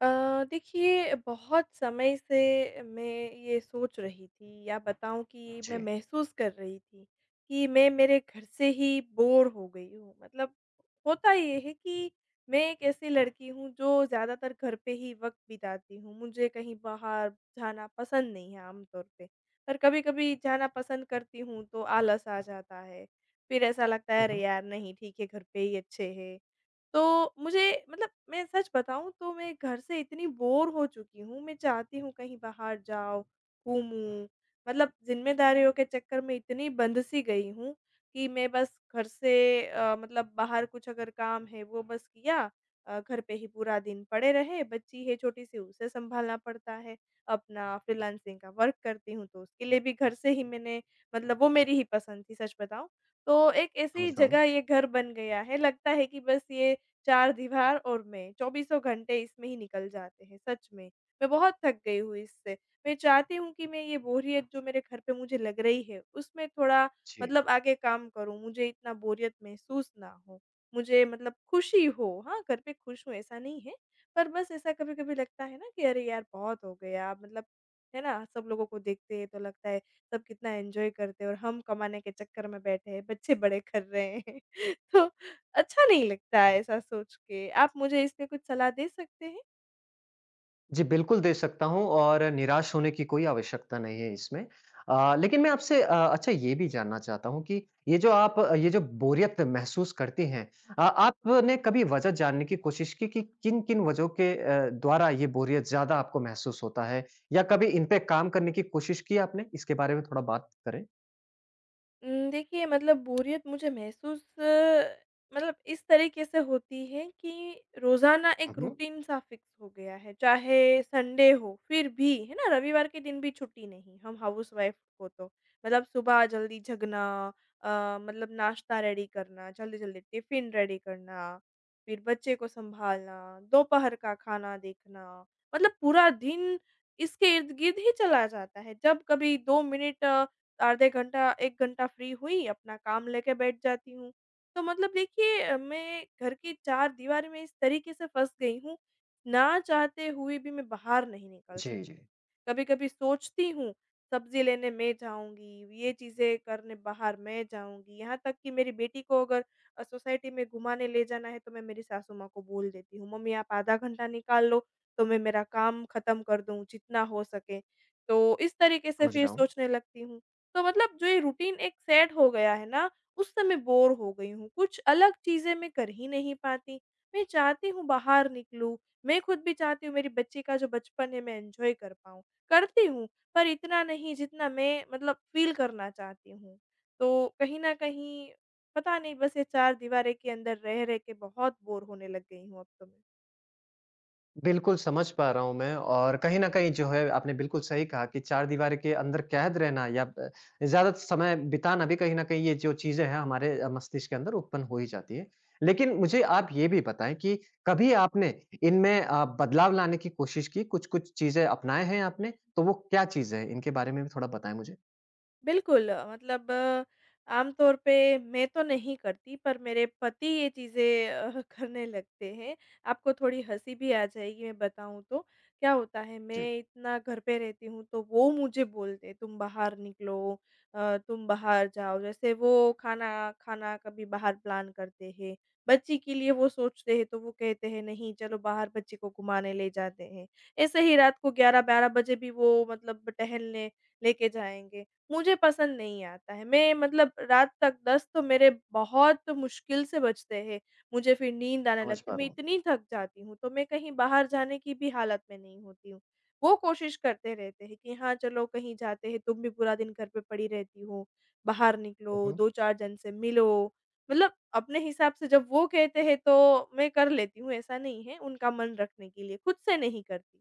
देखिए बहुत समय से मैं ये सोच रही थी या बताऊँ कि मैं जी। महसूस कर रही थी कि मैं मेरे घर से ही बोर हो गई हूँ। मतलब होता ये है कि मैं एक ऐसी लड़की हूँ जो ज़्यादातर घर पे ही वक़्त बिताती हूँ। मुझे कहीं बाहर जाना पसंद नहीं है आम तौर पे। पर कभी-कभी जाना पसंद करती हूँ तो आलस आ जाता है। फिर ऐसा लगता है हुँ, अरे हुँ। यार नहीं ठीक है घर पे ही अच्छे हैं। तो मुझे मतलब मैं सच बताऊँ तो मैं घर से इतनी बोर हो चुकी हूँ, मैं चाहती हूँ कहीं बाहर जाओ, घूमूँ, मतलब ज़िम्मेदारियों के चक्कर में इतनी बंध-सी गई हूँ कि मैं बस घर से मतलब बाहर कुछ अगर काम है वो बस किया घर पे ही पूरा दिन पड़े रहे, बच्ची है छोटी-सी उसे सँभालना पड़ता है, अपना फ्रीलांसिंग का वर्क करती हूँ तो उसके लिए भी घर से ही मैंने मतलब वो मेरी ही पसंद थी सच बताऊँ। तो एक ऐसी समझ रहा हूँ। जगह ये घर बन गया है, लगता है कि बस ये चार दीवार और मैं, चौबीसों घंटे इसमें ही निकल जाते हैं, सच में। मैं बहुत थक गई हूँ इससे। मैं चाहती हूँ कि मैं ये बोरियत जो मेरे घर पे मुझे लग रही है, उसमें थोड़ा जी। मतलब आगे काम करूँ, मुझे इतना बोरियत महसूस ना हो। मुझे मतलब खुशी हो, हाँ, घर पे खुश हूँ ऐसा नहीं है, पर बस ऐसा कभी-कभी लगता है ना कि अरे यार! बहुत हो गया मतलब है ना? सब लोगों को देखते हैं तो लगता है सब कितना एन्जॉय करते हैं और हम कमाने के चक्कर में बैठे हैं, बच्चे बड़े कर रहे हैं। तो अच्छा नहीं लगता है ऐसा सोच के। आप मुझे इस पे कुछ सलाह दे सकते हैं? जी, बिल्कुल दे सकता हूँ और निराश होने की कोई आवश्यकता नहीं है इसमें। लेकिन मैं आपसे अच्छा ये भी जानना चाहता हूँ कि ये जो बोरियत महसूस करती हैं आपने कभी वजह जानने की कोशिश की कि किन-किन वजहों के द्वारा ये बोरियत ज़्यादा आपको महसूस होता है? या कभी इन पे काम करने की कोशिश की आपने? इसके बारे में थोड़ा बात करें। देखिए मतलब बोरियत मुझे महसूस मतलब इस तरीके से होती है कि रोज़ाना हुँ, एक हुँ। रूटीन सा फ़िक्स हो गया है, चाहे संडे हो फिर भी, है ना? रविवार के दिन भी छुट्टी नहीं, हम हाउसवाइफ़ को तो। मतलब सुबह जल्दी जगना अ, मतलब नाश्ता रेडी करना, जल्दी-जल्दी टिफ़िन रेडी करना, फिर बच्चे को सँभालना, दोपहर का खाना देखना, मतलब पूरा दिन इसके इर्द-गिर्द ही चला जाता है। जब कभी 2 मिनट आधे घंटा 1 घंटा फ्री हुई, अपना काम लेके बैठ जाती हूँ। तो मतलब देखिए मैं घर की चार दीवार में इस तरीके से फँस गई हूँ, ना चाहते हुए भी मैं बाहर नहीं निकल जी, जी। सकती। कभी-कभी सोचती हूँ, सब्ज़ी लेने मैं जाऊँगी, ये चीज़ें करने बाहर मैं जाऊँगी। यहाँ तक कि मेरी बेटी को अगर सोसाइटी में घुमाने ले जाना है, तो मैं मेरी सासू माँ को बोल देती हूँ, "मम्मी आप आधा घंटा निकाल लो, तो मैं मेरा काम खत्म कर दूँ, जितना हो सके।" तो इस तरीके से समझ फिर रहा हूँ। सोचने लगती हूँ। तो मतलब जो ये रूटीन एक सेट हो गया है ना, उस समय बोर हो गई हूँ, कुछ अलग चीज़ें मैं कर ही नहीं पाती। मैं चाहती हूँ बाहर निकलूँ, मैं खुद भी चाहती हूँ मेरी बच्ची का जो बचपन है मैं एन्जॉय कर पाऊँ। करती हूँ, पर इतना नहीं जितना मैं मतलब फ़ील करना चाहती हूँ। तो कहीं न कहीं पता नहीं बस ये 4 दीवारें के अंदर रह-रह के बहुत बोर होने लग गई हूँ अब तो मैं। बिल्कुल, समझ पा रहा हूँ मैं और कहीं न कहीं जो है आपने बिल्कुल सही कहा कि चार दीवारी के अंदर कैद रहना या ज़्यादा समय बिताना भी कहीं न कहीं ये जो चीज़ें हैं हमारे मस्तिष्क के अंदर उत्पन्न हो ही जाती है। लेकिन मुझे आप ये भी बताएँ कि कभी आपने इनमें बदलाव लाने की कोशिश की, कुछ-कुछ चीज़ें अपनाए हैं आपने? तो वो क्या चीज़ें हैं? इनके बारे में भी थोड़ा बताएँ मुझे। बिल्कुल, मतलब आम तौर पे मैं तो नहीं करती पर मेरे पति ये चीज़ें करने लगते हैं। आपको थोड़ी हँसी भी आ जाएगी मैं बताऊँ तो। क्या होता है मैं जी। इतना घर पे रहती हूँ तो वो मुझे बोलते हैं तुम बाहर निकलो तुम बाहर जाओ। जैसे वो खाना खाना कभी बाहर प्लान करते हैं। बच्ची के लिए वो सोचते हैं तो वो कहते हैं नहीं चलो बाहर बच्ची को घुमाने ले जाते हैं। ऐसे ही रात को 11-12 बजे भी वो मतलब टहलने लेके जाएँगे। मुझे पसंद नहीं आता है। मैं मतलब रात तक 10 तो मेरे बहुत मुश्किल से बजते हैं। मुझे फिर नींद आने समझ लगती पा है। मैं रहा हूँ। इतनी थक जाती हूँ, तो मैं कहीं बाहर जाने की भी हालत में नहीं होती हूँ। वो कोशिश करते रहते हैं कि हाँ, चलो कहीं जाते हैं, तुम भी पूरा दिन घर पे पड़ी रहती हो, बाहर निकलो, हुँ, हुँ। 2-4 जन से मिलो। मतलब अपने हिसाब से जब वो कहते हैं, तो मैं कर लेती हूँ, ऐसा नहीं है, उनका मन रखने के लिए, खुद से नहीं करती।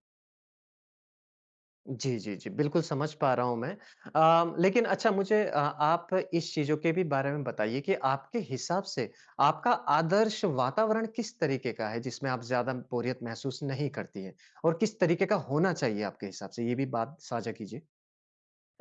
जी, जी, जी। बिल्कुल समझ पा रहा हूँ मैं। लेकिन अच्छा मुझे आप इस चीज़ों के भी बारे में बताइए कि आपके हिसाब से आपका आदर्श वातावरण किस तरीके का है जिसमें आप ज़्यादा बोरियत महसूस नहीं करती हैं? और किस तरीके का होना चाहिए आपके हिसाब से? ये भी बात साझा कीजिए।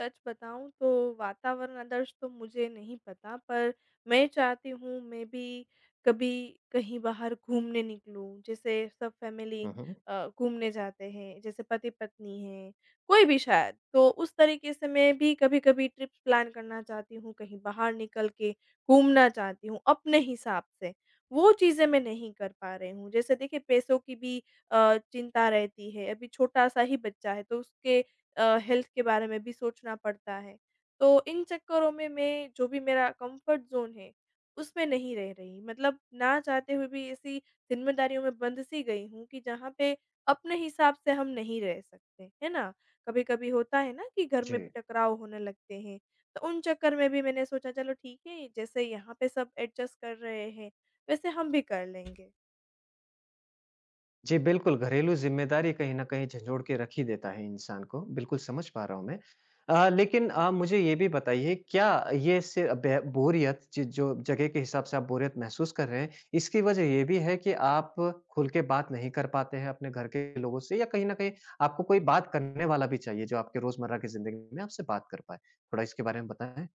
सच बताऊँ तो वातावरण आदर्श तो मुझे नहीं पता, पर मैं चाहती हूँ मैं भी कभी कहीं बाहर घूमने निकलूँ। जैसे सब फैमिली हुँ, हुँ। घूमने जाते हैं, जैसे पति-पत्नी हैं, कोई भी शायद। तो उस तरीके से मैं भी कभी-कभी ट्रिप्स प्लान करना चाहती हूँ, कहीं बाहर निकल के घूमना चाहती हूँ अपने हिसाब से। वो चीज़ें मैं नहीं कर पा रही हूँ। जैसे देखिए पैसों की भी चिंता रहती है, अभी छोटा-सा ही बच्चा है तो उसके हेल्थ के बारे में भी सोचना पड़ता है। तो इन चक्करों में मैं जो भी मेरा कम्फ़र्ट ज़ोन है, उसमें नहीं रह रही। मतलब ना चाहते हुए भी ऐसी ज़िम्मेदारियों में बंध सी गई हूँ कि जहाँ पे अपने हिसाब से हम नहीं रह सकते, है ना? कभी-कभी होता है ना कि घर जी। में भी टकराव होने लगते हैं, तो उन चक्कर में भी मैंने सोचा चलो ठीक है, जैसे यहाँ पे सब एडजस्ट कर रहे हैं, वैसे हम भी कर लेंगे। जी बिल्कुल, घरेलू ज़िम्मेदारी कहीं न कहीं झंझोड़ के रख ही देता है इंसान को, बिल्कुल समझ पा रहा हूँ मैं। लेकिन आप मुझे ये भी बताइए क्या ये से बे बोरियत ज जो जगह के हिसाब से आप बोरियत महसूस कर रहे हैं, इसकी वजह ये भी है कि आप खुल के बात नहीं कर पाते हैं अपने घर के लोगों से या कहीं न कहीं आपको कोई बात करने वाला भी चाहिए जो आपके रोज़मर्रा की ज़िंदगी में आपसे बात कर पाए? थोड़ा इसके बारे में बताएँ?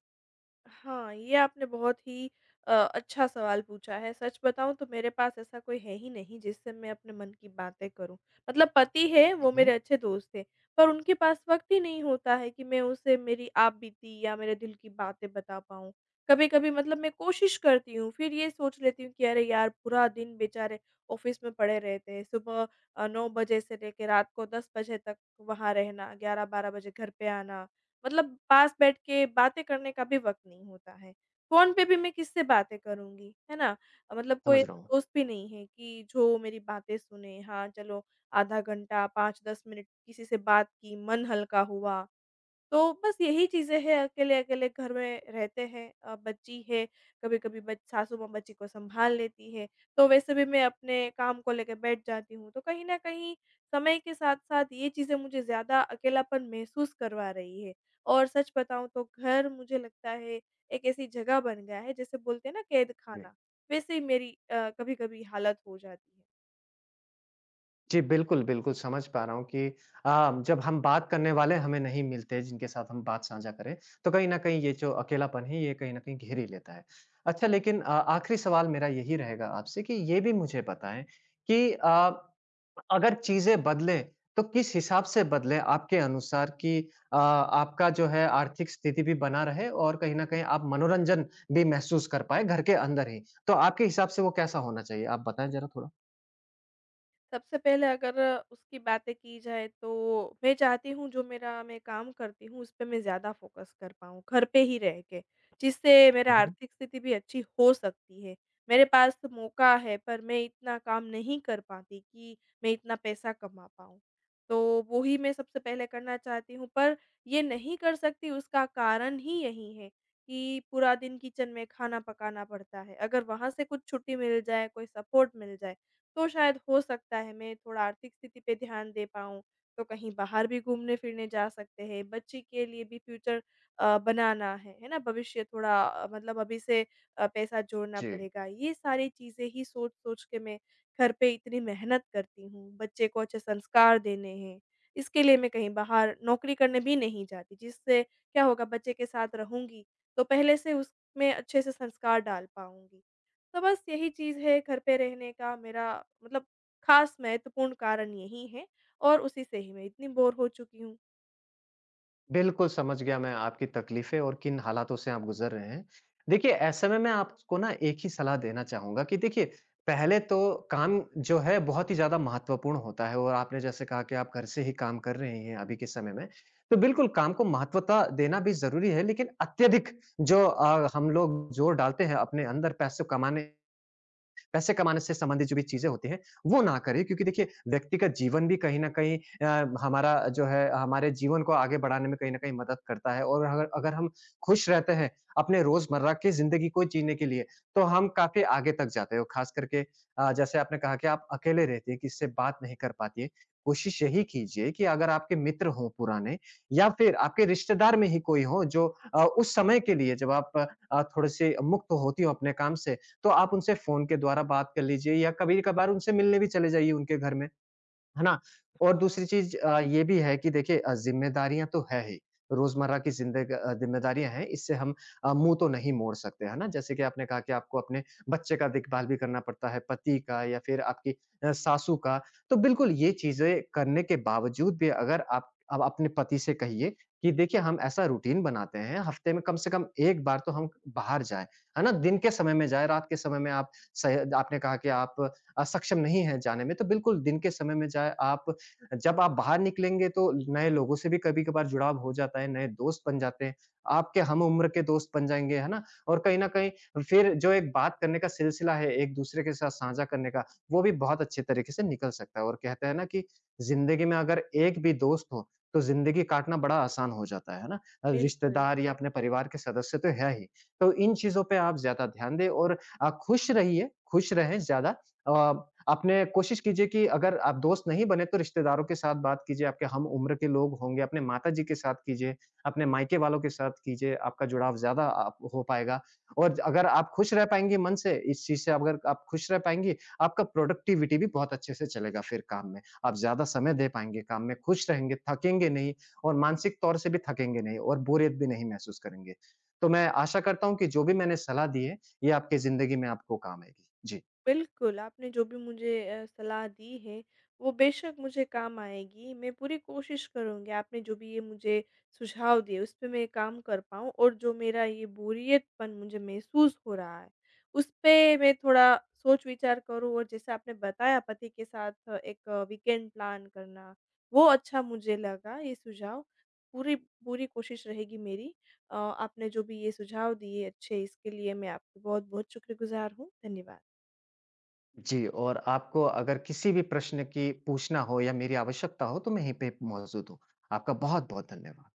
हाँ, ये आपने बहुत ही अच्छा सवाल पूछा है। सच बताऊँ तो मेरे पास ऐसा कोई है ही नहीं जिससे मैं अपने मन की बातें करूँ। मतलब पति है, हुँ, वो मेरे हुँ, अच्छे दोस्त हैं, पर उनके पास वक़्त ही नहीं होता है कि मैं उसे मेरी आप-बीती या मेरे दिल की बातें बता पाऊँ। कभी-कभी मतलब मैं कोशिश करती हूँ, फिर ये सोच लेती हूँ कि अरे यार! पूरा दिन बेचारे ऑफ़िस में पड़े रहते हैं। सुबह 9 बजे से लेके रात को 10 बजे तक वहाँ रहना, 11-12 बजे घर पे आना। मतलब पास बैठ के बातें करने का भी वक़्त नहीं होता है। फ़ोन पे भी मैं किससे बातें करूँगी, है ना? मतलब कोई समझ रहा ऐसा हूँ। दोस्त भी नहीं है कि जो मेरी बातें सुने, हाँ, चलो आधा घंटा, 5-10 मिनट किसी से बात की, मन हल्का हुआ। तो बस यही चीज़ें हैं, अकेले-अकेले घर में रहते हैं बच्ची है, कभी-कभी बच सासू माँ बच्ची को सँभाल लेती है, तो वैसे भी मैं अपने काम को लेके बैठ जाती हूँ। तो कहीं न कहीं समय के साथ-साथ ये चीज़ें मुझे ज़्यादा अकेलापन महसूस करवा रही है। और सच बताऊँ तो घर मुझे लगता है एक ऐसी जगह बन गया है, जैसे बोलते हैं ना कैद जी। खाना, वैसे ही मेरी कभी-कभी हालत हो जाती है। जी, बिल्कुल, बिल्कुल समझ पा रहा हूँ कि जब हम बात करने वाले हमें नहीं मिलते जिनके साथ हम बात साझा करें, तो कहीं न कहीं ये जो अकेलापन है ये कहीं न कहीं घेर ही लेता है। अच्छा लेकिन आखिरी सवाल मेरा यही रहेगा आपसे कि ये भी मुझे बताएँ कि अगर चीज़ें बदलें तो किस हिसाब से बदलें आपके अनुसार कि आपका जो है आर्थिक स्थिति भी बना रहे और कहीं न कहीं आप मनोरंजन भी महसूस कर पाएँ घर के अंदर ही? तो आपके हिसाब से वो कैसा होना चाहिए? आप बताएँ ज़रा थोड़ा? सबसे पहले अगर उसकी बातें की जाए तो मैं चाहती हूँ जो मेरा मैं काम करती हूँ उस पे मैं ज़्यादा फ़ोकस कर पाऊँ, घर पे ही रह के, जिससे मेरा हुँ, हुँ। आर्थिक स्थिति भी अच्छी हो सकती है। मेरे पास तो मौका है पर मैं इतना काम नहीं कर पाती कि मैं इतना पैसा कमा पाऊँ। तो वो ही मैं सबसे पहले करना चाहती हूँ पर ये नहीं कर सकती उसका कारण ही यही है कि पूरा दिन किचन में खाना पकाना पड़ता है। अगर वहाँ से कुछ छुट्टी मिल जाए, कोई सपोर्ट मिल जाए तो शायद हो सकता है मैं थोड़ा आर्थिक स्थिति पे ध्यान दे पाऊँ। तो कहीं बाहर भी घूमने-फिरने जा सकते हैं, बच्चे के लिए भी फ्यूचर बनाना है ना? भविष्य थोड़ा मतलब अभी से पैसा जोड़ना जी। पड़ेगा। ये सारी चीज़ें ही सोच-सोच के मैं घर पे इतनी मेहनत करती हूँ, बच्चे को अच्छे संस्कार देने हैं। इसके लिए मैं कहीं बाहर नौकरी करने भी नहीं जाती, जिससे क्या होगा बच्चे के साथ रहूँगी, तो पहले से उसमें अच्छे से संस्कार डाल पाऊँगी। तो बस यही चीज़ है घर पे रहने का मेरा मतलब ख़ास महत्वपूर्ण कारण यही है और उसी से ही मैं इतनी बोर हो चुकी हूँ। बिल्कुल, समझ गया मैं आपकी तकलीफ़ें और किन हालातों से आप गुज़र रहे हैं। देखिए, ऐसे में मैं आपको ना एक ही सलाह देना चाहूँगा कि देखिए, पहले तो काम जो है बहुत ही ज़्यादा महत्वपूर्ण होता है और आपने जैसे कहा कि आप घर से ही काम कर रहे हैं अभी के समय में। तो बिल्कुल काम को महत्वता देना भी ज़रूरी है लेकिन अत्यधिक जो हम लोग जोर डालते हैं अपने अंदर पैसे कमाने से संबंधित जो भी चीज़ें होती हैं, वो ना करें क्योंकि देखिए व्यक्तिगत जीवन भी कहीं न कहीं हमारा जो है हमारे जीवन को आगे बढ़ाने में कहीं न कहीं मदद करता है और अगर अगर हम खुश रहते हैं, अपने रोज़मर्रा की ज़िंदगी को जीने के लिए, तो हम काफ़ी आगे तक जाते हैं और ख़ास करके जैसे आपने कहा कि आप अकेले रहती हैं, किसी से बात नहीं कर पाती हैं। कोशिश यही कीजिए कि अगर आपके मित्र हों पुराने या फिर आपके रिश्तेदार में ही कोई हो जो उस समय के लिए जब आप थोड़े-से मुक्त होती हो अपने काम से, तो आप उनसे फ़ोन के द्वारा बात कर लीजिए या कभी-कभार उनसे मिलने भी चले जाइए उनके घर में। है ना? और हाँ, दूसरी चीज़ ये भी है कि देखिए ज़िम्मेदारियाँ तो है ही, रोज़मर्रा की ज़िंदग अ, ज़िम्मेदारियाँ हैं, इससे हम मुँह तो नहीं मोड़ सकते, है ना? जैसे कि आपने कहा कि आपको अपने बच्चे का देखभाल भी करना पड़ता है, पति का या फिर आपकी सासू का। तो बिल्कुल ये चीज़ें करने के बावजूद भी अगर आप अब अपने पति से कहिए कि देखिए हम ऐसा रूटीन बनाते हैं, हफ़्ते में कम से कम 1 बार तो हम बाहर जाएँ, है ना? दिन के समय में जाएँ, रात के समय में आप सह आपने कहा कि आप सक्षम नहीं हैं जाने में, तो बिल्कुल दिन के समय में जाएँ आप। जब आप बाहर निकलेंगे तो नए लोगों से भी कभी-कभार जुड़ाव हो जाता है, नए दोस्त बन जाते हैं, आपके हम उम्र के दोस्त बन जाएँगे, है ना? और कहीं न कहीं फिर जो एक बात करने का सिलसिला है, एक-दूसरे के साथ साझा करने का, वो भी बहुत अच्छे तरीके से निकल सकता है और कहते हैं ना कि ज़िंदगी में अगर एक भी दोस्त हो, तो ज़िंदगी काटना बड़ा आसान हो जाता है ना? बिल्कुल। रिश्तेदार या अपने परिवार के सदस्य तो है ही। तो इन चीज़ों पे आप ज़्यादा ध्यान दें और खुश रहिए, खुश रहें ज़्यादा अ, आपने कोशिश कीजिए कि अगर आप दोस्त नहीं बने तो रिश्तेदारों के साथ बात कीजिए, आपके हम उम्र के लोग होंगे, अपने माताजी के साथ कीजिए, अपने मायके वालों के साथ कीजिए, आपका जुड़ाव ज़्यादा आप हो पाएगा। और अगर आप खुश रह पाएँगी मन से, इस चीज़ से अगर आप खुश रह पाएँगी, आपका प्रोडक्टिविटी भी बहुत अच्छे से चलेगा फिर काम में। आप ज़्यादा समय दे पाएँगे काम में, खुश रहेंगे, थकेंगे नहीं और मानसिक तौर से भी थकेंगे नहीं और बोरियत भी नहीं महसूस करेंगे। तो मैं आशा करता हूँ कि जो भी मैंने सलाह दी है, ये आपकी ज़िंदगी में आपको काम आएगी। जी। बिल्कुल, आपने जो भी मुझे सलाह दी है, वो बेशक मुझे काम आएगी। मैं पूरी कोशिश करूँगी आपने जो भी ये मुझे सुझाव दिए, उस पे मैं काम कर पाऊँ और जो मेरा ये बोरियतपन मुझे महसूस हो रहा है, उस पे मैं थोड़ा सोच-विचार करूँ और जैसे आपने बताया पति के साथ एक वीकेंड प्लान करना, वो अच्छा मुझे लगा ये सुझाव। पूरी पूरी कोशिश रहेगी मेरी। आपने जो भी ये सुझाव दिए अच्छे, इसके लिए मैं आपकी बहुत-बहुत शुक्रगुज़ार हूँ। धन्यवाद। जी, और आपको अगर किसी भी प्रश्न की पूछना हो या मेरी आवश्यकता हो, तो मैं यहीं पे मौजूद हूँ। आपका बहुत-बहुत धन्यवाद।